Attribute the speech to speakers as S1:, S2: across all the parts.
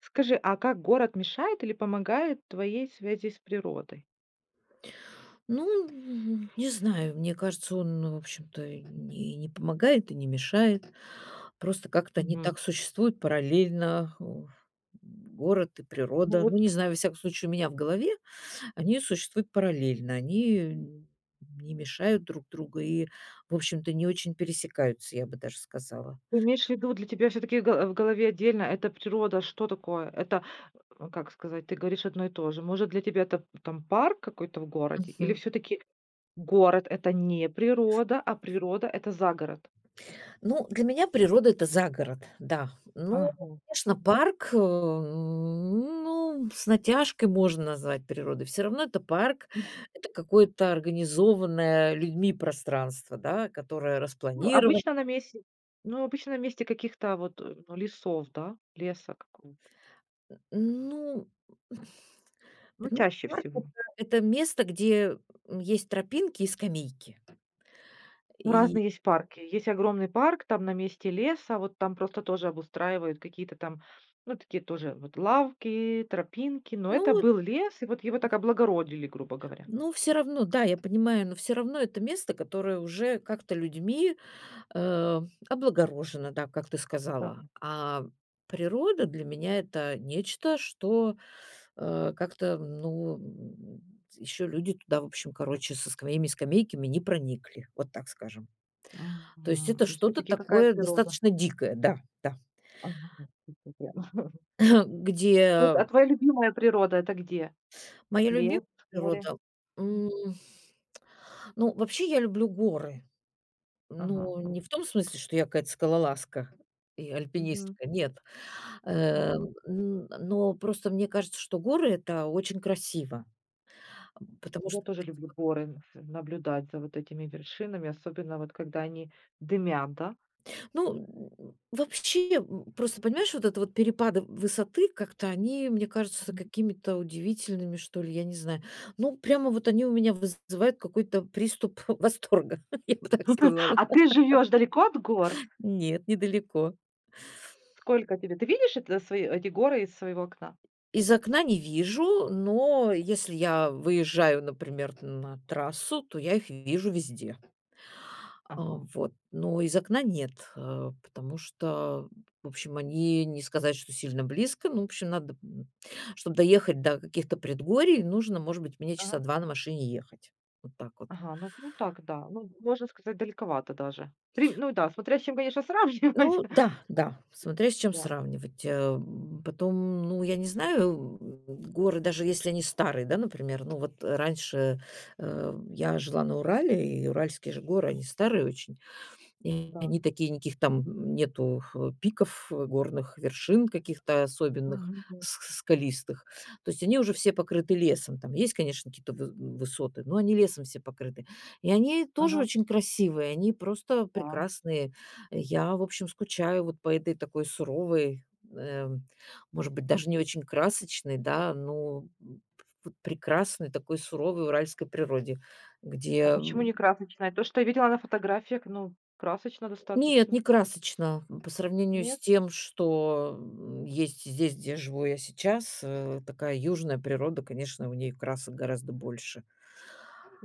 S1: Скажи, а как город мешает или помогает твоей связи с природой?
S2: Ну, не знаю, мне кажется, он, ну, в общем-то, не помогает и не мешает. Просто как-то они
S1: Мгм.
S2: так существуют параллельно, город и
S1: Ну
S2: природа.
S1: вот
S2: Ну, не знаю, во всяком случае, у меня в голове они существуют параллельно. Они не мешают друг другу и, в общем-то, не очень пересекаются, я бы даже сказала.
S1: ты имеешь в виду, для тебя все-таки в голове отдельно это природа, что такое? Это, как сказать, ты говоришь одно и то же. Может, для тебя это там парк какой-то в городе? Или все-таки город это не природа, а природа это загород?
S2: Ну, для меня природа- это загород, да. Ну,
S1: Ага.
S2: конечно, парк, ну, с натяжкой можно назвать природой. Все равно это парк, это какое-то организованное людьми пространство, да, которое
S1: Ну,
S2: распланировано.
S1: обычно на месте, ну, обычно на месте каких-то вот ну, лесов, да, леса какого-то.
S2: Ну,
S1: Ну,
S2: понимаете,
S1: чаще
S2: парк-
S1: всего.
S2: это место, где есть тропинки и скамейки.
S1: Ну,
S2: И,
S1: разные есть парки. Есть огромный парк, там на месте леса, вот там просто тоже обустраивают какие-то там, ну, такие тоже вот лавки, тропинки, но
S2: ну
S1: это был лес, и вот его так облагородили, грубо говоря.
S2: ну, все равно, да, я понимаю, но все равно это место, которое уже как-то людьми Э, облагорожено, да, как ты
S1: Да.
S2: сказала. А природа для меня- это нечто, что, как-то, ну, еще люди туда, в общем, короче, со своими скамейками не проникли, вот так скажем. То есть
S1: Мгм.
S2: это
S1: И
S2: что-то
S1: все-таки какая
S2: такое
S1: природа?
S2: достаточно дикое, да, да.
S1: Ага. Вот,
S2: Где
S1: а твоя любимая природа это где?
S2: моя любимая
S1: Лес, море?
S2: природа, м, ну, вообще я люблю горы.
S1: Ага,
S2: Ну, не
S1: класс.
S2: в том смысле, что я какая-то скалолазка и
S1: Мгм.
S2: альпинистка, нет. Э,
S1: Мгм.
S2: н но просто мне кажется, что горы- это очень красиво, потому
S1: Я
S2: что,
S1: тоже люблю горы, наблюдать за вот этими вершинами, особенно вот когда они дымят, да?
S2: ну, вообще, просто, понимаешь, вот это вот перепады высоты как-то, они, мне кажутся какими-то удивительными, что ли, я не знаю. Ну, прямо вот они у меня вызывают какой-то приступ восторга, я бы так сказала.
S1: А ты живешь далеко от гор?
S2: Нет, недалеко.
S1: Сколько тебе? Ты видишь это свои эти горы из своего окна?
S2: Из окна не вижу, но если я выезжаю, например, на трассу, то я их вижу везде. А,
S1: Ага.
S2: вот. Но из окна нет, потому что, в общем, они не сказать, что сильно близко. Ну, в общем, надо, чтобы доехать до каких-то предгорий, нужно, может быть, мне часа
S1: Ага.
S2: 2 на машине ехать. Вот так вот.
S1: Ага, ну ну так, да. Ну, можно сказать, далековато даже. При ну да, смотря с чем, конечно, сравнивать.
S2: Ну да, да, смотря с чем
S1: Да,
S2: сравнивать. Потом, ну, я не знаю, горы, даже если они старые, да, например. Ну, вот раньше, я жила на Урале, и уральские же горы, они старые очень. И
S1: да.
S2: они такие, никаких там нету, пиков, горных вершин каких-то особенных,
S1: Мгм,
S2: с скалистых. То есть они уже все покрыты лесом. Там есть, конечно, какие-то вы высоты, но они лесом все покрыты. И они тоже
S1: ага,
S2: очень красивые, они просто
S1: да.
S2: прекрасные. Я, в общем, скучаю вот по этой такой суровой, эм, может быть, даже не очень красочной, да, но, вот прекрасной такой суровой уральской природе,
S1: А
S2: где
S1: почему не красочная? То, что я видела на фотографиях, ну, красочно
S2: нет,
S1: достаточно.
S2: не красочно, по сравнению с
S1: Нет?
S2: тем, что, есть здесь, где живу я сейчас. Такая южная природа, конечно, у ней красок гораздо больше.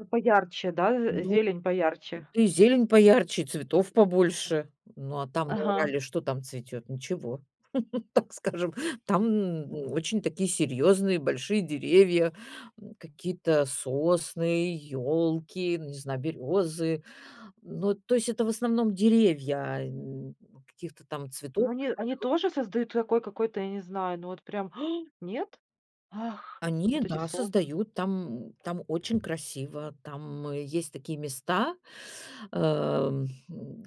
S1: Ну, поярче, да, з
S2: Ну,
S1: зелень поярче.
S2: и зелень поярче, и цветов побольше. Ну, а там на
S1: Ага.
S2: Урале что там цветет? Ничего, так скажем. Там,
S1: М.
S2: очень такие серьезные большие деревья, какие-то сосны, елки, не знаю, березы. Ну, то есть это в основном деревья, а, каких-то там цветов.
S1: Ну, они тоже создают такой какой-то, я не знаю, ну вот прям нет? Ах,
S2: Они,
S1: вот эти
S2: да,
S1: соусы.
S2: создают там, там очень красиво, там есть такие места, эм,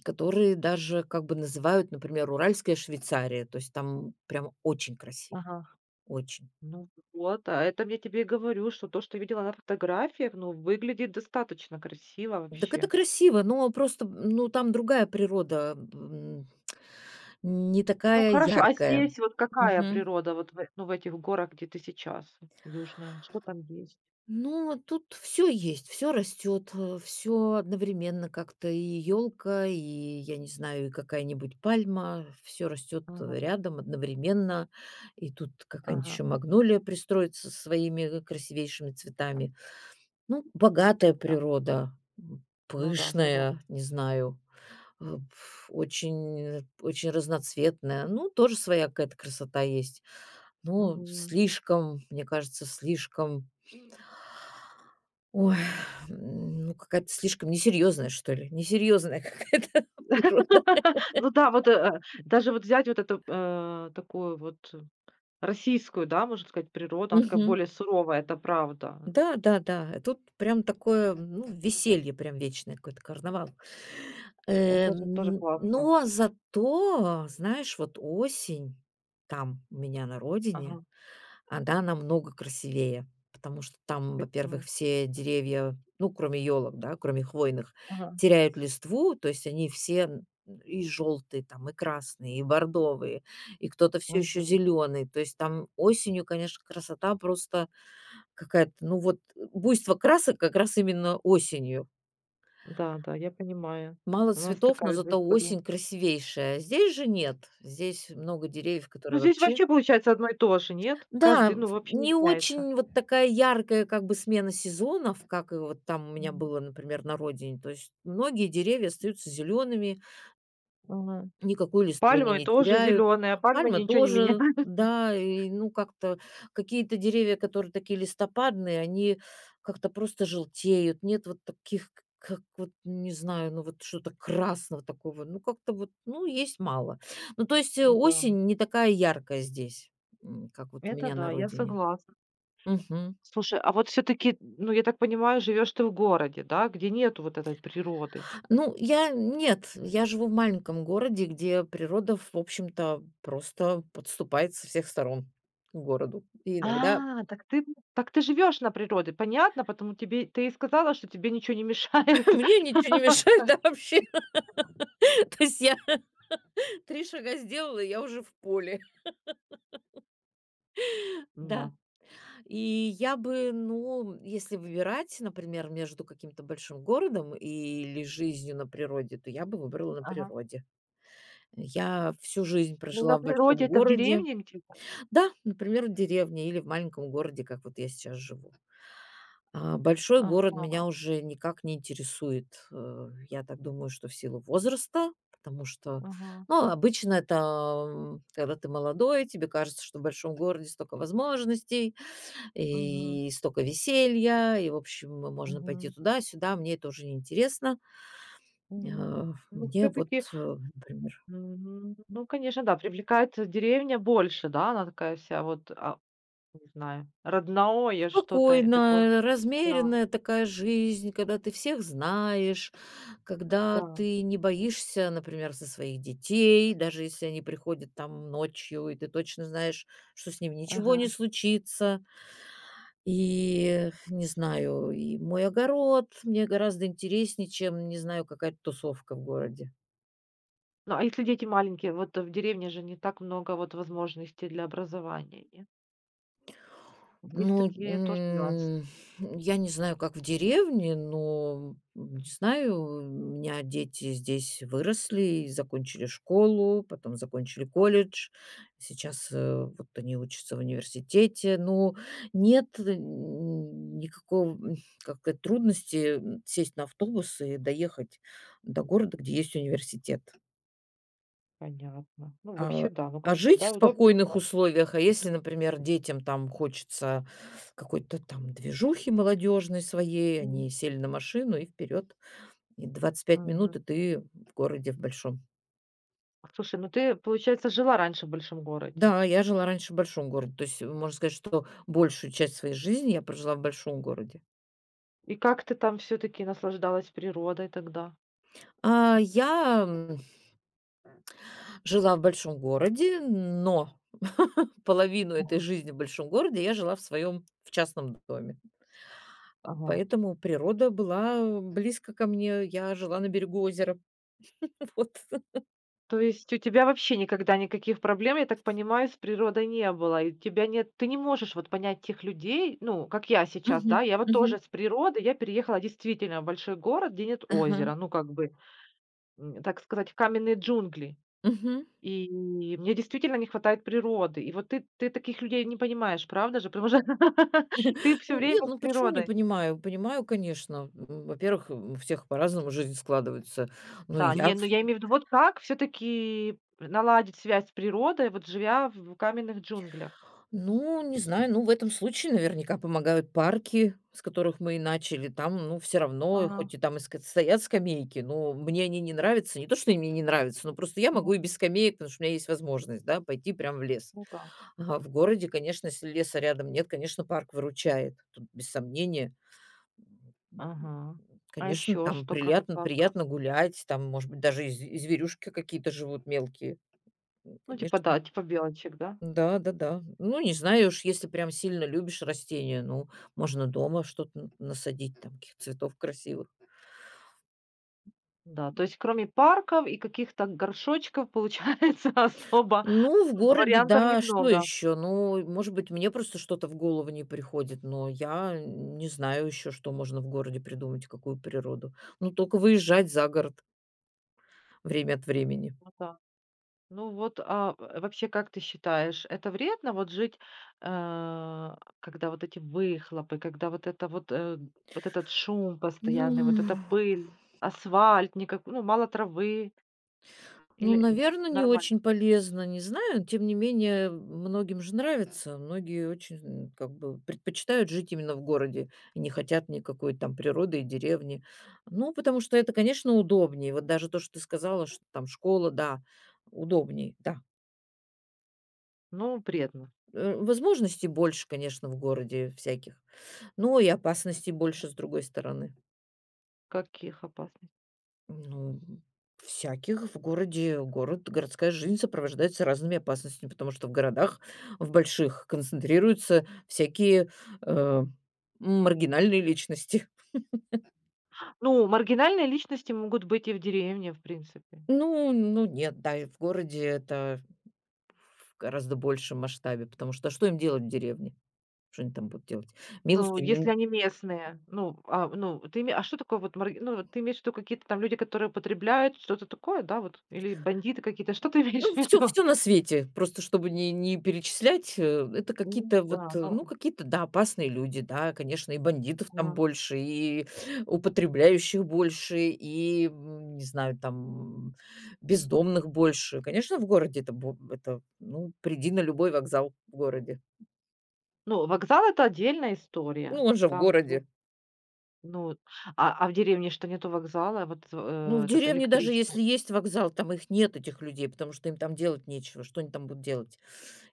S2: которые даже как бы называют, например, Уральская Швейцария, то есть там прям очень красиво,
S1: Ага.
S2: очень.
S1: Ну вот, а это я тебе и говорю, что то, что я видела на фотографиях, ну, выглядит достаточно красиво
S2: Так это
S1: вообще.
S2: красиво, но просто, ну, там другая природа, не
S1: Ну
S2: такая
S1: хорошо, а
S2: яркая.
S1: здесь вот какая природа вот в ну, в этих горах, где ты сейчас, южная? Что там есть?
S2: Ну, тут все есть, все растет, все одновременно как-то: и елка, и, я не знаю, и какая-нибудь пальма. Все растет
S1: Ага,
S2: рядом одновременно. И тут какая-нибудь
S1: ага,
S2: еще магнолия пристроится со своими красивейшими цветами. Ну, богатая
S1: да.
S2: природа,
S1: Ну да, согласна.
S2: пышная, не знаю, очень очень разноцветная. Ну, тоже своя какая-то красота есть. Ну
S1: Мгм.
S2: слишком, мне кажется, слишком. Ой, ну, какая-то слишком несерьезная, что ли. Несерьезная какая-то природа.
S1: Ну да, вот, даже вот взять вот эту, такую вот российскую, да, можно сказать, природу, она такая
S2: Мгм.
S1: более суровая, это правда.
S2: Да, да, да. Тут прям такое, ну, веселье прям вечное, какой-то карнавал.
S1: Это же тоже
S2: Эм,
S1: классно.
S2: но зато, знаешь, вот осень там у меня на
S1: Ага,
S2: родине, она намного красивее, потому что там, во-первых,
S1: почему?
S2: все деревья, ну, кроме елок, да, кроме хвойных,
S1: Ага,
S2: теряют листву, то есть они все и желтые, там, и красные, и бордовые, и кто-то все еще
S1: мгм.
S2: зеленый. То есть там осенью, конечно, красота просто какая-то, ну вот буйство красок как раз именно осенью.
S1: Да, да, я понимаю.
S2: Мало
S1: У нас
S2: цветов, но
S1: такая же
S2: зато
S1: история.
S2: осень красивейшая. А здесь же нет. Здесь много деревьев,
S1: Ну,
S2: которые
S1: здесь
S2: вообще.
S1: вообще получается одно и то же, нет?
S2: Да,
S1: Каждый,
S2: в
S1: ну, вообще не
S2: не
S1: меняется.
S2: очень вот такая яркая как бы смена сезонов, как и вот там у меня
S1: Мгм.
S2: было, например, на родине. То есть многие деревья остаются зелеными,
S1: Мгм.
S2: никакой листвы они
S1: Пальмы
S2: не
S1: тоже
S2: теряют.
S1: зеленые, а пальмы
S2: Пальмы
S1: ничего не меняют.
S2: тоже, да, и ну как-то какие-то деревья, которые такие листопадные, они как-то просто желтеют. Нет вот таких, к как вот, не знаю, ну вот что-то красного такого. Ну как-то вот, ну есть мало. Ну то есть,
S1: Да,
S2: осень не такая яркая здесь, как вот у
S1: это
S2: меня
S1: да,
S2: на
S1: я
S2: родине.
S1: согласна.
S2: Мгм.
S1: Слушай, а вот все-таки, ну, я так понимаю, живешь ты в городе, да, где нету вот этой природы.
S2: Ну, я нет, я живу в маленьком городе, где природа, в общем-то, просто подступает со всех сторон к городу. И иногда
S1: А, так ты живешь на природе, понятно, потому тебе ты и сказала, что тебе ничего не мешает.
S2: мне ничего не мешает, да, вообще. То есть я 3 шага сделала, и я уже в поле. Да.
S1: Да.
S2: И я бы, ну, если выбирать, например, между каким-то большим городом или жизнью на природе, то я бы выбрала на
S1: Ага.
S2: природе. Я всю жизнь
S1: Ну, на
S2: прожила в
S1: природе
S2: большом
S1: это в
S2: городе.
S1: деревне где-то?
S2: Да, например, в деревне или в маленьком городе, как вот я сейчас живу. А, большой город
S1: Ага,
S2: меня уже никак не интересует. Я так думаю, что в силу возраста, потому что,
S1: ага.
S2: ну, обычно это, когда ты молодой, тебе кажется, что в большом городе столько возможностей
S1: Мгм.
S2: и столько веселья, и, в общем, можно пойти
S1: Мгм,
S2: туда-сюда. Мне это уже не интересно.
S1: мгм.
S2: Э,
S1: Ну, все
S2: мне вот,
S1: таки
S2: например.
S1: ну, конечно, да, привлекает деревня больше, да? Она такая вся вот, не знаю, родное что-то, такое.
S2: Спокойная,
S1: Да,
S2: размеренная такая жизнь, когда ты всех знаешь, когда
S1: да.
S2: ты не боишься, например, за своих детей, даже если они приходят там ночью, и ты точно знаешь, что с ними ничего не
S1: Ага.
S2: случится. И, не знаю, и мой огород мне гораздо интереснее, чем, не знаю, какая-то тусовка в городе.
S1: Ну, а если дети маленькие, вот в деревне же не так много вот возможностей для образования, нет? Есть
S2: Ну,
S1: такие тоже нюансы.
S2: я не знаю, как в деревне, но, не знаю, у меня дети здесь выросли и закончили школу, потом закончили
S1: А,
S2: колледж. Сейчас, вот они учатся в университете. Ну, нет, никакого, как сказать, трудности, сесть на автобус и доехать до города, где есть университет.
S1: понятно. Ну, вообще,
S2: А,
S1: да, ну, как
S2: а
S1: бы,
S2: жить
S1: да,
S2: в
S1: удобно,
S2: спокойных
S1: да.
S2: условиях, а если, например, детям там хочется какой-то там движухи молодежной своей,
S1: Мгм.
S2: они сели на машину и вперед. И 25 минут,
S1: Мгм.
S2: и ты в городе в большом.
S1: Слушай, ну ты, получается, жила раньше в большом городе?
S2: Да, я жила раньше в большом городе. То есть, можно сказать, что большую часть своей жизни я прожила в большом городе.
S1: И как ты там все таки наслаждалась природой тогда?
S2: А, я, жила в большом городе, но половину этой жизни в большом городе я жила в своем в частном доме.
S1: Ага.
S2: Поэтому природа была близко ко мне. Я жила на берегу озера. Вот.
S1: То есть у тебя вообще никогда никаких проблем, я так понимаю, с природой не было, и у тебя нет ты не можешь вот понять тех людей, ну, как я сейчас, да.
S2: Мгм.
S1: Я вот тоже
S2: Мгм.
S1: с природы, я переехала действительно в большой город, где нет
S2: Ага.
S1: озера, ну, как бы, так сказать, в каменные джунгли.
S2: Мгм.
S1: И мне действительно не хватает природы. И вот ты таких людей не понимаешь, правда же? Потому что ты все
S2: Ну,
S1: время
S2: нет,
S1: с
S2: ну почему не
S1: природой.
S2: понимаю? Понимаю, конечно. Во-первых, у всех по-разному жизнь складывается. Ну
S1: Да,
S2: я,
S1: не, ну я имею в виду, вот как все-таки наладить связь с природой, вот живя в каменных джунглях?
S2: ну, не знаю, ну, в этом случае наверняка помогают парки, с которых мы и начали. Там, ну, все равно,
S1: Ага,
S2: хоть и там и стоят скамейки, но мне они не нравятся. Не то, что они мне не нравятся, но просто я могу
S1: ну,
S2: и без скамеек, потому что у меня есть возможность, да, пойти прямо в лес.
S1: ну да.
S2: Ага, в городе, конечно, если леса рядом нет, конечно, парк выручает. Тут без сомнения.
S1: Ага.
S2: М,
S1: А
S2: конечно,
S1: еще
S2: там
S1: что, кроме
S2: приятно
S1: парка?
S2: приятно гулять, там, может быть, даже и зв и зверюшки какие-то живут мелкие. М,
S1: Ну, типа,
S2: конечно.
S1: да, типа белочек, да?
S2: Да-да-да. Ну, не знаю уж, если прям сильно любишь растения, ну, можно дома что-то н насадить, там, каких цветов красивых.
S1: Да, то есть кроме парков и каких-то горшочков, получается, особо
S2: Ну, в городе,
S1: вариантов
S2: да, что
S1: немного.
S2: еще? Ну, может быть, мне просто что-то в голову не приходит, но я не знаю еще, что можно в городе придумать, какую природу. Ну, только выезжать за город время от времени.
S1: Ну да. Ну вот, а в вообще, как ты считаешь, это вредно вот жить, когда вот эти выхлопы, когда вот это вот, вот этот шум
S2: Ну,
S1: постоянный, вот эта пыль, асфальт, никак ну, мало травы
S2: Ну,
S1: или
S2: наверное, не
S1: нормально?
S2: очень полезно, не знаю. Тем не менее, многим же нравится. Многие очень, как бы предпочитают жить именно в городе и не хотят никакой там природы и деревни. Ну, потому что это, конечно, удобнее. Вот даже то, что ты сказала, что там школа, да, удобнее, да.
S1: Ну, вредно.
S2: Возможностей больше, конечно, в городе всяких, но и опасностей больше, с другой стороны.
S1: Каких опасностей?
S2: Ну, всяких в городе. Город, городская жизнь сопровождается разными опасностями, потому что в городах, в больших, концентрируются всякие, э, маргинальные личности.
S1: Ну, маргинальные личности могут быть и в деревне, в принципе.
S2: Ну нет, да, и в городе это в гораздо большем масштабе, потому что а что им делать в деревне? Что они там будут делать?
S1: Ну, если
S2: Милостыню.
S1: они местные. Ну, а, ну, ты име а что такое вот марги ну, вот ты имеешь в виду какие-то там люди, которые потребляют что-то такое, да, вот? Или бандиты какие-то? Что ты имеешь в
S2: Ну, все,
S1: виду?
S2: все на свете. Просто чтобы не перечислять, это
S1: Ну
S2: какие-то вот,
S1: да, ну,
S2: ну, какие-то, да, опасные люди, да, конечно, и бандитов там
S1: а,
S2: больше, и употребляющих больше, и, не знаю, там, бездомных больше. Конечно, в городе это бо это, ну, приди на любой вокзал в городе.
S1: ну, вокзал — это отдельная история.
S2: Ну, он же в
S1: Там тут,
S2: городе.
S1: ну, а в деревне что, нету вокзала? Вот,
S2: Ну, в
S1: этот
S2: деревне даже
S1: электричка.
S2: если есть вокзал, там их нет, этих людей, потому что им там делать нечего. Что они там будут делать?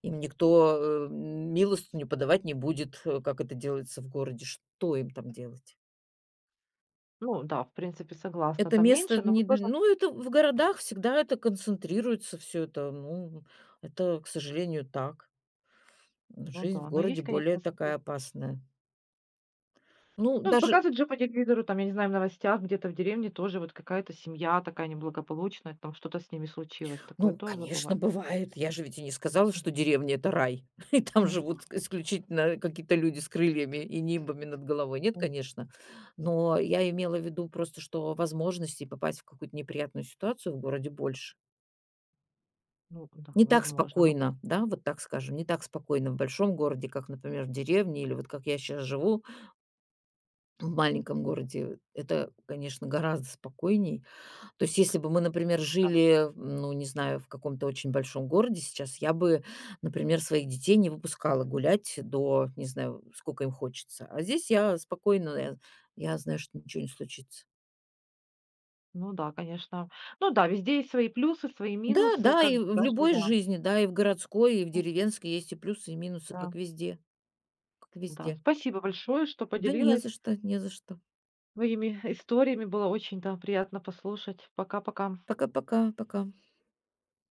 S2: Им никто, милостыню подавать не будет, как это делается в городе. Что им там делать?
S1: Ну да, в принципе, согласна,
S2: Это
S1: там
S2: место
S1: меньше, но
S2: не
S1: вот
S2: дл
S1: тоже
S2: ну, это в городах всегда это концентрируется все это. Ну, это, к сожалению, так.
S1: ну
S2: Жизнь в
S1: да, но есть,
S2: городе более
S1: конечно, свои.
S2: такая опасная. Ну,
S1: Ну,
S2: даже
S1: показывают же по телевизору, там, я не знаю, в новостях где-то в деревне тоже вот какая-то семья такая неблагополучная, там что-то с ними случилось, такое
S2: ну,
S1: тоже
S2: конечно,
S1: бывает.
S2: бывает. Я же ведь и не сказала, что деревня- это рай, и там
S1: Мгм.
S2: живут исключительно какие-то люди с крыльями и нимбами над головой. Нет,
S1: М,
S2: конечно. Но я имела в виду просто, что возможностей попасть в какую-то неприятную ситуацию в городе больше.
S1: ну да,
S2: Не так
S1: возможно, ну
S2: спокойно, да, вот так скажем, не так спокойно в большом городе, как, например, в деревне или вот как я сейчас живу в маленьком городе. Это, конечно, гораздо спокойнее. То есть если бы мы, например,
S1: да,
S2: жили, ну, не знаю, в каком-то очень большом городе сейчас, я бы, например, своих детей не выпускала гулять до, не знаю, сколько им хочется. А здесь я спокойно, я знаю, что ничего не случится.
S1: ну да, конечно. Ну да, везде есть свои плюсы, свои
S2: Да,
S1: минусы,
S2: да,
S1: как
S2: и
S1: бы
S2: в
S1: каждый,
S2: любой
S1: да.
S2: жизни, да, и в городской, и в деревенской есть и плюсы, и минусы,
S1: Да,
S2: как везде, как
S1: да.
S2: везде.
S1: Спасибо большое, что
S2: Да не за
S1: поделилась
S2: что, не за что.
S1: своими историями. Было очень, да, приятно послушать. Пока-пока.
S2: Пока-пока, пока.